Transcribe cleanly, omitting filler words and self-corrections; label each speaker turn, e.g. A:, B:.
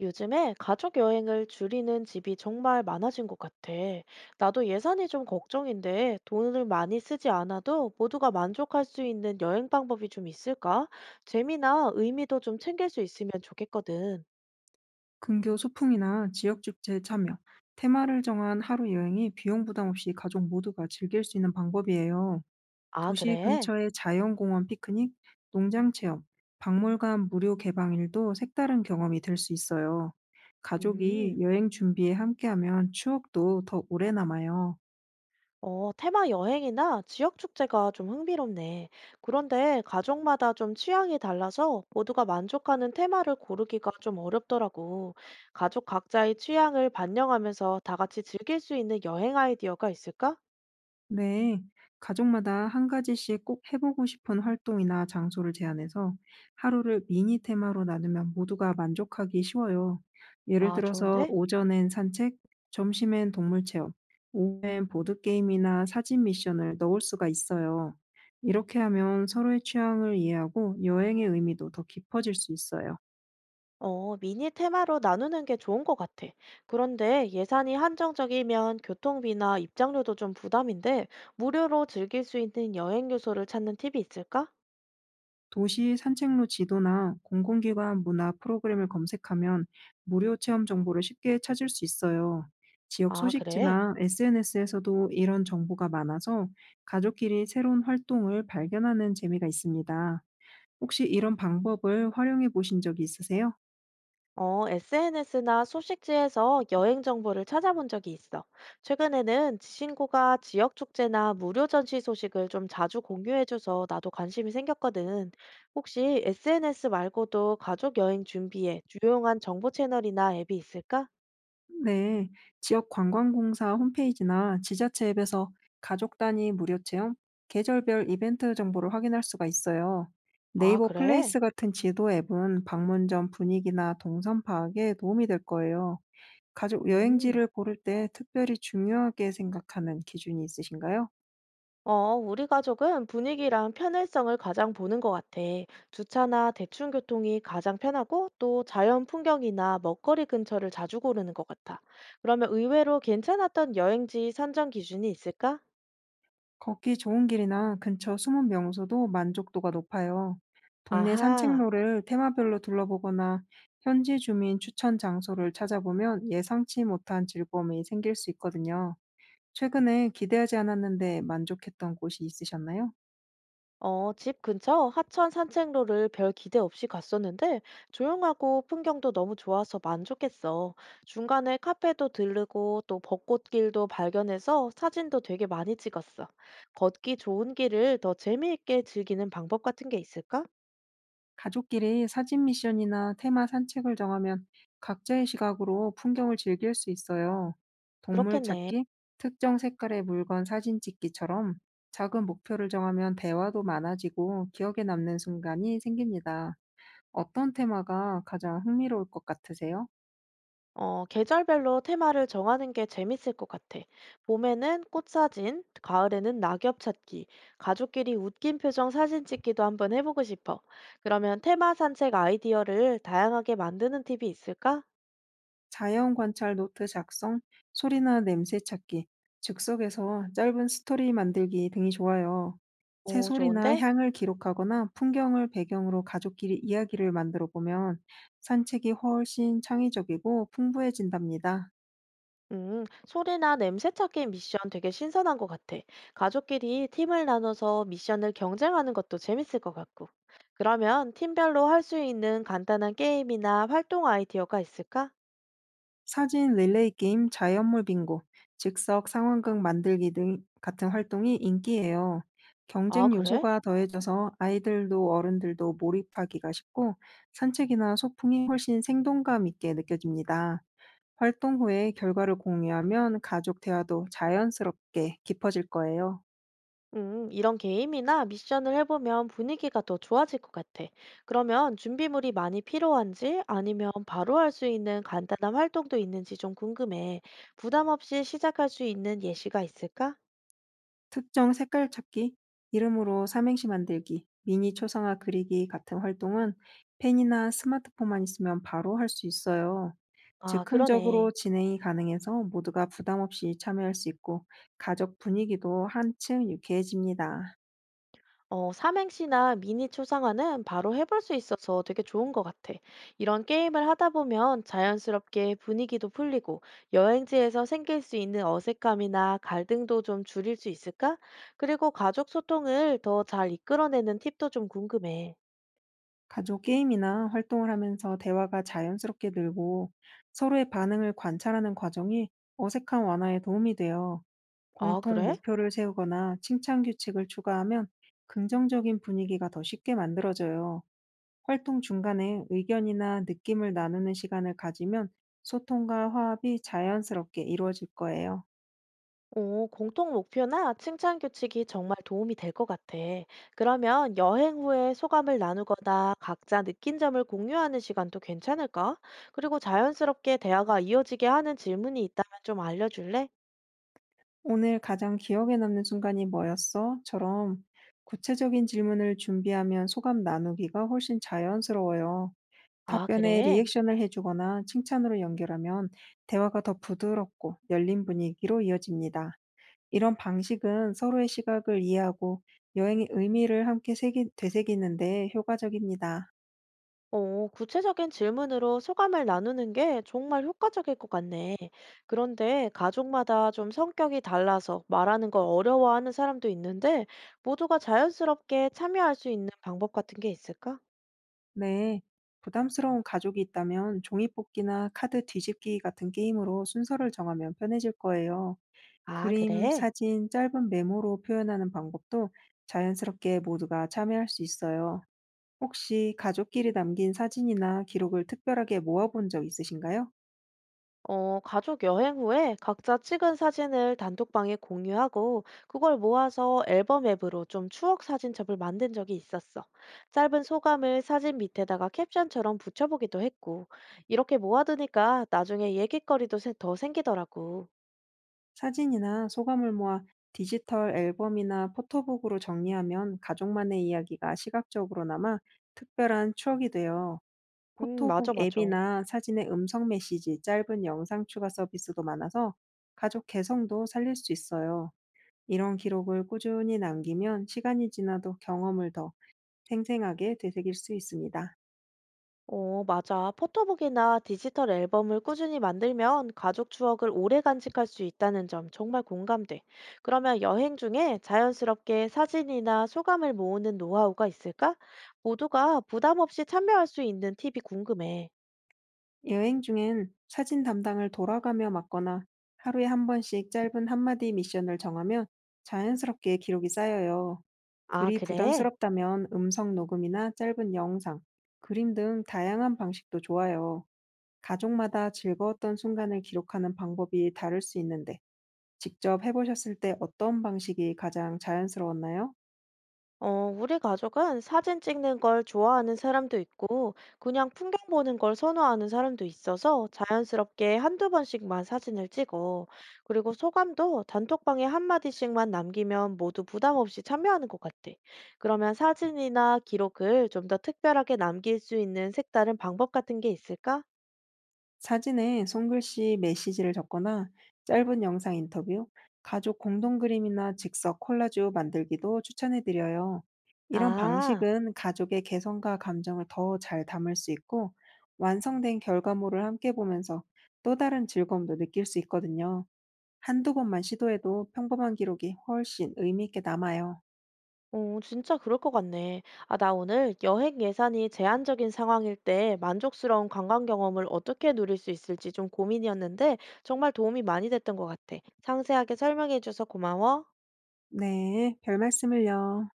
A: 요즘에 가족 여행을 줄이는 집이 정말 많아진 것 같아. 나도 예산이 좀 걱정인데 돈을 많이 쓰지 않아도 모두가 만족할 수 있는 여행 방법이 좀 있을까? 재미나 의미도 좀 챙길 수 있으면 좋겠거든.
B: 근교 소풍이나 지역 축제에 참여, 테마를 정한 하루 여행이 비용 부담 없이 가족 모두가 즐길 수 있는 방법이에요.
A: 아,
B: 도시
A: 그래?
B: 근처의 자연공원 피크닉, 농장 체험, 박물관 무료 개방일도 색다른 경험이 될 수 있어요. 가족이
A: 음.
B: 여행 준비에 함께하면 추억도 더 오래 남아요.
A: 테마 여행이나 지역 축제가 좀 흥미롭네. 그런데 가족마다 좀 취향이 달라서 모두가 만족하는 테마를 고르기가 좀 어렵더라고. 가족 각자의 취향을 반영하면서 다 같이 즐길 수 있는 여행 아이디어가 있을까?
B: 네, 가족마다 한 가지씩 꼭 해보고 싶은 활동이나 장소를 제안해서 하루를 미니 테마로 나누면 모두가 만족하기 쉬워요. 예를
A: 아,
B: 들어서
A: 좋은데?
B: 오전엔 산책, 점심엔 동물 체험, 오후엔 보드게임이나 사진 미션을 넣을 수가 있어요. 이렇게 하면 서로의 취향을 이해하고 여행의 의미도 더 깊어질 수 있어요.
A: 미니 테마로 나누는 게 좋은 것 같아. 그런데 예산이 한정적이면 교통비나 입장료도 좀 부담인데, 무료로 즐길 수 있는 여행 요소를 찾는 팁이 있을까?
B: 도시 산책로 지도나 공공기관 문화 프로그램을 검색하면 무료 체험 정보를 쉽게 찾을 수 있어요. 지역
A: 아, 그래.
B: 소식지나 SNS에서도 이런 정보가 많아서 가족끼리 새로운 활동을 발견하는 재미가 있습니다. 혹시 이런 방법을 활용해 보신 적이 있으세요?
A: SNS나 소식지에서 여행 정보를 찾아본 적이 있어. 최근에는 친구가 지역 축제나 무료 전시 소식을 좀 자주 공유해줘서 나도 관심이 생겼거든. 혹시 SNS 말고도 가족 여행 준비에 유용한 정보 채널이나 앱이 있을까?
B: 네, 지역 관광공사 홈페이지나 지자체 앱에서 가족 단위 무료 체험, 계절별 이벤트 정보를 확인할 수가 있어요.
A: 아,
B: 네이버
A: 그래?
B: 플레이스 같은 지도 앱은 방문 전 분위기나 동선 파악에 도움이 될 거예요. 가족
A: 음.
B: 여행지를 고를 때 특별히 중요하게 생각하는 기준이 있으신가요?
A: 우리 가족은 분위기랑 편의성을 가장 보는 것 같아. 주차나 대충 교통이 가장 편하고 또 자연 풍경이나 먹거리 근처를 자주 고르는 것 같아. 그러면 의외로 괜찮았던 여행지 선정 기준이 있을까?
B: 걷기 좋은 길이나 근처 숨은 명소도 만족도가 높아요. 동네
A: 아하.
B: 산책로를 테마별로 둘러보거나 현지 주민 추천 장소를 찾아보면 예상치 못한 즐거움이 생길 수 있거든요. 최근에 기대하지 않았는데 만족했던 곳이 있으셨나요?
A: 집 근처 하천 산책로를 별 기대 없이 갔었는데 조용하고 풍경도 너무 좋아서 만족했어. 중간에 카페도 들르고 또 벚꽃길도 발견해서 사진도 되게 많이 찍었어. 걷기 좋은 길을 더 재미있게 즐기는 방법 같은 게 있을까?
B: 가족끼리 사진 미션이나 테마 산책을 정하면 각자의 시각으로 풍경을 즐길 수 있어요. 동물
A: 그렇겠네.
B: 찾기, 특정 색깔의 물건 사진 찍기처럼 작은 목표를 정하면 대화도 많아지고 기억에 남는 순간이 생깁니다. 어떤 테마가 가장 흥미로울 것 같으세요?
A: 계절별로 테마를 정하는 게 재밌을 것 같아. 봄에는 꽃사진, 가을에는 낙엽 찾기, 가족끼리 웃긴 표정 사진 찍기도 한번 해보고 싶어. 그러면 테마 산책 아이디어를 다양하게 만드는 팁이 있을까?
B: 자연 관찰 노트 작성, 소리나 냄새 찾기, 즉석에서 짧은 스토리 만들기 등이 좋아요.
A: 오,
B: 새소리나
A: 좋은데?
B: 향을 기록하거나 풍경을 배경으로 가족끼리 이야기를 만들어 보면 산책이 훨씬 창의적이고 풍부해진답니다.
A: 소리나 냄새 찾기 미션 되게 신선한 것 같아. 가족끼리 팀을 나눠서 미션을 경쟁하는 것도 재밌을 것 같고. 그러면 팀별로 할 수 있는 간단한 게임이나 활동 아이디어가 있을까?
B: 사진 릴레이 게임, 자연물 빙고, 즉석 상황극 만들기 등 같은 활동이 인기예요.
A: 아,
B: 경쟁
A: 그래?
B: 요소가 더해져서 아이들도 어른들도 몰입하기가 쉽고 산책이나 소풍이 훨씬 생동감 있게 느껴집니다. 활동 후에 결과를 공유하면 가족 대화도 자연스럽게 깊어질 거예요.
A: 이런 게임이나 미션을 해보면 분위기가 더 좋아질 것 같아. 그러면 준비물이 많이 필요한지 아니면 바로 할 수 있는 간단한 활동도 있는지 좀 궁금해. 부담 없이 시작할 수 있는 예시가 있을까?
B: 특정 색깔 찾기, 이름으로 삼행시 만들기, 미니 초상화 그리기 같은 활동은 펜이나 스마트폰만 있으면 바로 할 수 있어요.
A: 아,
B: 즉흥적으로
A: 그러네.
B: 진행이 가능해서 모두가 부담 없이 참여할 수 있고 가족 분위기도 한층 유쾌해집니다.
A: 삼행시나 미니 초상화는 바로 해볼 수 있어서 되게 좋은 것 같아. 이런 게임을 하다 보면 자연스럽게 분위기도 풀리고 여행지에서 생길 수 있는 어색함이나 갈등도 좀 줄일 수 있을까? 그리고 가족 소통을 더 잘 이끌어내는 팁도 좀 궁금해.
B: 가족 게임이나 활동을 하면서 대화가 자연스럽게 늘고 서로의 반응을 관찰하는 과정이 어색한 완화에 도움이 돼요.
A: 아,
B: 공통
A: 그래?
B: 목표를 세우거나 칭찬 규칙을 추가하면 긍정적인 분위기가 더 쉽게 만들어져요. 활동 중간에 의견이나 느낌을 나누는 시간을 가지면 소통과 화합이 자연스럽게 이루어질 거예요.
A: 오, 공통 목표나 칭찬 규칙이 정말 도움이 될 것 같아. 그러면 여행 후에 소감을 나누거나 각자 느낀 점을 공유하는 시간도 괜찮을까? 그리고 자연스럽게 대화가 이어지게 하는 질문이 있다면 좀 알려줄래?
B: 오늘 가장 기억에 남는 순간이 뭐였어? 처럼 구체적인 질문을 준비하면 소감 나누기가 훨씬 자연스러워요.
A: 아,
B: 답변에
A: 그래?
B: 리액션을 해주거나 칭찬으로 연결하면 대화가 더 부드럽고 열린 분위기로 이어집니다. 이런 방식은 서로의 시각을 이해하고 여행의 의미를 함께 되새기는데 효과적입니다.
A: 오, 구체적인 질문으로 소감을 나누는 게 정말 효과적일 것 같네. 그런데 가족마다 좀 성격이 달라서 말하는 걸 어려워하는 사람도 있는데 모두가 자연스럽게 참여할 수 있는 방법 같은 게 있을까?
B: 네. 부담스러운 가족이 있다면 종이뽑기나 카드 뒤집기 같은 게임으로 순서를 정하면 편해질 거예요.
A: 아,
B: 그림,
A: 그래?
B: 사진, 짧은 메모로 표현하는 방법도 자연스럽게 모두가 참여할 수 있어요. 혹시 가족끼리 남긴 사진이나 기록을 특별하게 모아본 적 있으신가요?
A: 가족 여행 후에 각자 찍은 사진을 단톡방에 공유하고 그걸 모아서 앨범 앱으로 좀 추억 사진첩을 만든 적이 있었어. 짧은 소감을 사진 밑에다가 캡션처럼 붙여보기도 했고, 이렇게 모아두니까 나중에 얘기거리도 더 생기더라고.
B: 사진이나 소감을 모아 디지털 앨범이나 포토북으로 정리하면 가족만의 이야기가 시각적으로 남아 특별한 추억이 돼요. 포토북
A: 맞아, 맞아.
B: 앱이나 사진의 음성 메시지, 짧은 영상 추가 서비스도 많아서 가족 개성도 살릴 수 있어요. 이런 기록을 꾸준히 남기면 시간이 지나도 경험을 더 생생하게 되새길 수 있습니다.
A: 어, 맞아. 포토북이나 디지털 앨범을 꾸준히 만들면 가족 추억을 오래 간직할 수 있다는 점 정말 공감돼. 그러면 여행 중에 자연스럽게 사진이나 소감을 모으는 노하우가 있을까? 모두가 부담 없이 참여할 수 있는 팁이 궁금해.
B: 여행 중엔 사진 담당을 돌아가며 맡거나 하루에 한 번씩 짧은 한마디 미션을 정하면 자연스럽게 기록이 쌓여요.
A: 아,
B: 글이
A: 그래?
B: 부담스럽다면 음성 녹음이나 짧은 영상, 그림 등 다양한 방식도 좋아요. 가족마다 즐거웠던 순간을 기록하는 방법이 다를 수 있는데, 직접 해보셨을 때 어떤 방식이 가장 자연스러웠나요?
A: 우리 가족은 사진 찍는 걸 좋아하는 사람도 있고, 그냥 풍경 보는 걸 선호하는 사람도 있어서 자연스럽게 한두 번씩만 사진을 찍어. 그리고 소감도 단톡방에 한마디씩만 남기면 모두 부담 없이 참여하는 것 같아. 그러면 사진이나 기록을 좀 더 특별하게 남길 수 있는 색다른 방법 같은 게 있을까?
B: 사진에 손글씨 메시지를 적거나 짧은 영상 인터뷰, 가족 공동 그림이나 즉석 콜라주 만들기도 추천해 드려요. 이런
A: 아.
B: 방식은 가족의 개성과 감정을 더 잘 담을 수 있고 완성된 결과물을 함께 보면서 또 다른 즐거움도 느낄 수 있거든요. 한두 번만 시도해도 평범한 기록이 훨씬 의미 있게 남아요.
A: 오, 진짜 그럴 것 같네. 아, 나 오늘 여행 예산이 제한적인 상황일 때 만족스러운 관광 경험을 어떻게 누릴 수 있을지 좀 고민이었는데 정말 도움이 많이 됐던 것 같아. 상세하게 설명해줘서 고마워.
B: 네, 별 말씀을요.